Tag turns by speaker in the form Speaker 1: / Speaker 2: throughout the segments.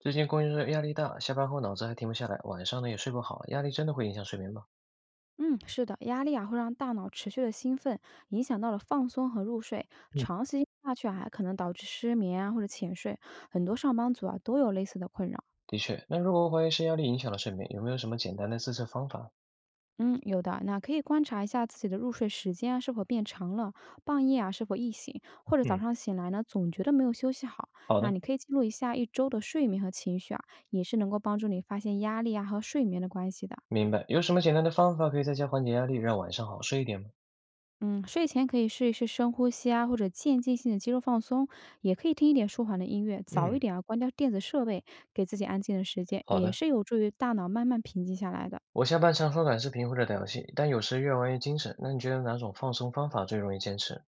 Speaker 1: 最近工作压力大，下班后脑子还停不下来，晚上呢也睡不好，压力真的会影响睡眠吗？
Speaker 2: 嗯，是的，压力啊会让大脑持续的兴奋，影响到了放松和入睡，
Speaker 1: 嗯。
Speaker 2: 长时间下去啊还可能导致失眠啊或者浅睡，很多上班族啊都有类似的困扰。
Speaker 1: 的确，那如果怀疑是压力影响了睡眠，有没有什么简单的自测方法？
Speaker 2: 嗯，有的，那可以观察一下自己的入睡时间啊是否变长了，半夜啊是否易醒，或者早
Speaker 1: 嗯。
Speaker 2: 上醒来呢总觉得没有休息好。
Speaker 1: 好
Speaker 2: 那
Speaker 1: 的，
Speaker 2: 你可以记录一下一周的睡眠和情绪啊，也是能够帮助你发现压力啊和睡眠的关系的。
Speaker 1: 明白。有什么简单的方法可以在家缓解压力，让晚上好睡一点吗？
Speaker 2: 嗯，睡前可以试一试深呼吸啊，或者渐进性的肌肉放松，也可以听一点舒缓的音乐，早一
Speaker 1: 嗯。
Speaker 2: 点啊关掉电子设备，给自己安静的时间，
Speaker 1: 好
Speaker 2: 也
Speaker 1: 的，
Speaker 2: 是有助于大脑慢慢平静下来的。
Speaker 1: 我下班常刷短视频或者打游戏，但有时越玩越精神。那你觉得哪种放松方法最容易坚持？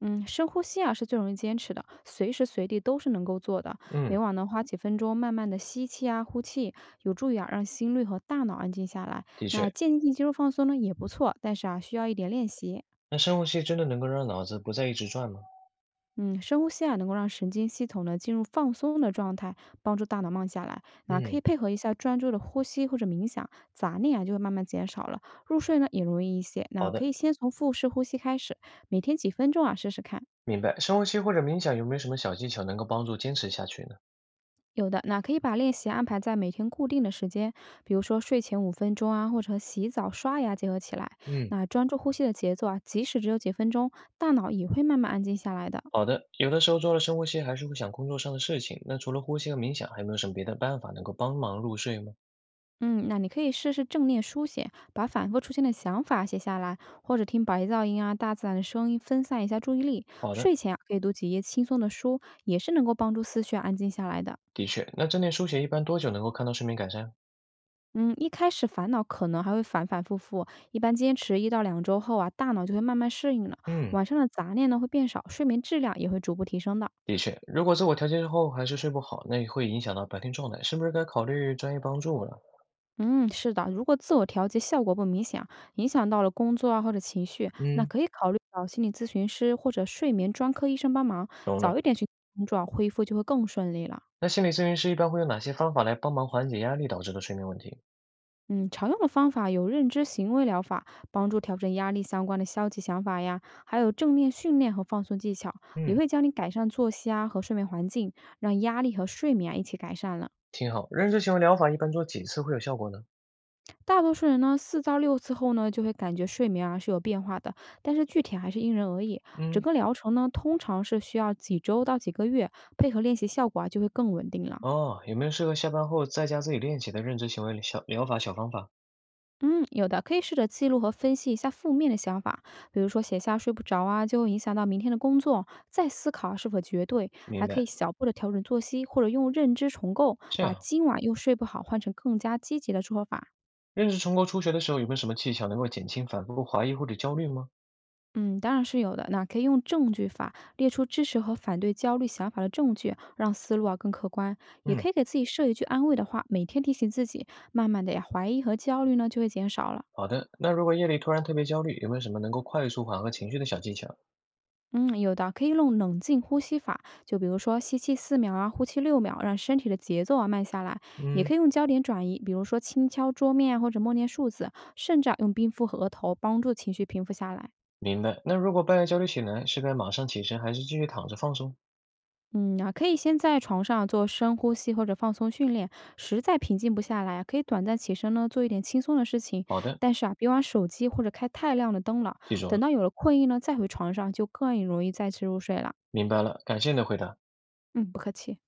Speaker 2: 嗯，深呼吸啊是最容易坚持的，随时随地都是能够做的。每
Speaker 1: 嗯，
Speaker 2: 晚呢花几分钟慢慢的吸气啊呼气，有助于啊让心率和大脑安静下来。
Speaker 1: 的
Speaker 2: 那
Speaker 1: 确，
Speaker 2: 渐进性肌肉放松呢也不错，但是啊需要一点练习。
Speaker 1: 那深呼吸真的能够让脑子不再一直转吗？
Speaker 2: 嗯，深呼吸啊，能够让神经系统呢进入放松的状态，帮助大脑慢下来。那可以
Speaker 1: 嗯。
Speaker 2: 配合一下专注的呼吸或者冥想，杂念啊就会慢慢减少了，入睡呢也容易一些。那
Speaker 1: 好
Speaker 2: 可
Speaker 1: 的，
Speaker 2: 以先从腹式呼吸开始，每天几分钟啊试试看。
Speaker 1: 明白。深呼吸或者冥想有没有什么小技巧能够帮助坚持下去呢？
Speaker 2: 有的，那可以把练习安排在每天固定的时间，比如说睡前5分钟啊，或者和洗澡、刷牙结合起来。
Speaker 1: 嗯。
Speaker 2: 那专注呼吸的节奏啊，即使只有几分钟，大脑也会慢慢安静下来的。
Speaker 1: 好的，有的时候做了深呼吸，还是会想工作上的事情。那除了呼吸和冥想，还有没有什么别的办法能够帮忙入睡吗？
Speaker 2: 嗯，那你可以试试正念书写，把反复出现的想法写下来，或者听白噪音啊、大自然的声音分散一下注意力。
Speaker 1: 好的，
Speaker 2: 睡前啊，可以读几页轻松的书，也是能够帮助思绪安静下来的。
Speaker 1: 的确。那正念书写一般多久能够看到睡眠改善？
Speaker 2: 嗯，一开始烦恼可能还会反反复复，一般坚持1到2周后啊，大脑就会慢慢适应了，
Speaker 1: 嗯，
Speaker 2: 晚上的杂念呢会变少，睡眠质量也会逐步提升的。
Speaker 1: 的确，如果自我调节之后还是睡不好，那也会影响到白天状态，是不是该考虑专业帮助了？
Speaker 2: 嗯，是的，如果自我调节效果不明显啊影响到了工作啊或者情绪，那
Speaker 1: 嗯，
Speaker 2: 可以考虑找心理咨询师或者睡眠专科医生帮忙，
Speaker 1: 懂
Speaker 2: 早
Speaker 1: 了。
Speaker 2: 一点寻求帮助啊恢复就会更顺利了。
Speaker 1: 那心理咨询师一般会用哪些方法来帮忙缓解压力导致的睡眠问题？
Speaker 2: 嗯，常用的方法有认知行为疗法，帮助调整压力相关的消极想法呀，还有正念训练和放松技巧，也
Speaker 1: 嗯，
Speaker 2: 会教你改善作息啊和睡眠环境，让压力和睡眠啊一起改善了。
Speaker 1: 挺好。认知行为疗法一般做几次会有效果呢？
Speaker 2: 大多数人呢4到6次后呢，就会感觉睡眠啊是有变化的，但是具体还是因人而异。整
Speaker 1: 嗯，
Speaker 2: 个疗程呢，通常是需要几周到几个月，配合练习效果啊就会更稳定了。
Speaker 1: 哦，有没有适合下班后在家自己练习的认知行为小疗法小方法？
Speaker 2: 嗯，有的可以试着记录和分析一下负面的想法，比如说写下睡不着啊，就会影响到明天的工作，再思考啊是否绝对，还
Speaker 1: 明
Speaker 2: 可以
Speaker 1: 白。
Speaker 2: 小步的调整作息，或者用认知重构，
Speaker 1: 这
Speaker 2: 把
Speaker 1: 样，
Speaker 2: 今晚又睡不好换成更加积极的做法。
Speaker 1: 认识重构初学的时候，有没有什么技巧能够减轻反复怀疑或者焦虑吗？
Speaker 2: 嗯，当然是有的。那可以用证据法列出支持和反对焦虑想法的证据，让思路啊更客观。也
Speaker 1: 嗯，
Speaker 2: 可以给自己设一句安慰的话，每天提醒自己，慢慢的呀，怀疑和焦虑呢就会减少了。
Speaker 1: 好的。那如果夜里突然特别焦虑，有没有什么能够快速缓和情绪的小技巧？
Speaker 2: 嗯，有的可以用冷静呼吸法，就比如说吸气4秒啊，呼气6秒，让身体的节奏啊慢下来。也可
Speaker 1: 嗯，
Speaker 2: 以用焦点转移，比如说轻敲桌面啊，或者默念数字，甚至啊用冰敷和额头，帮助情绪平复下来。
Speaker 1: 明白。那如果半夜焦虑起来，是该马上起身，还是继续躺着放松？
Speaker 2: 可以先在床上做深呼吸或者放松训练，实在平静不下来啊，可以短暂起身呢，做一点轻松的事情。
Speaker 1: 好的，
Speaker 2: 但是啊，别玩手机或者开太亮的灯了。
Speaker 1: 记住
Speaker 2: 等
Speaker 1: 了，
Speaker 2: 到有了困意呢，再回床上就更容易再次入睡了。
Speaker 1: 明白了，感谢你的回答。
Speaker 2: 嗯，不客气。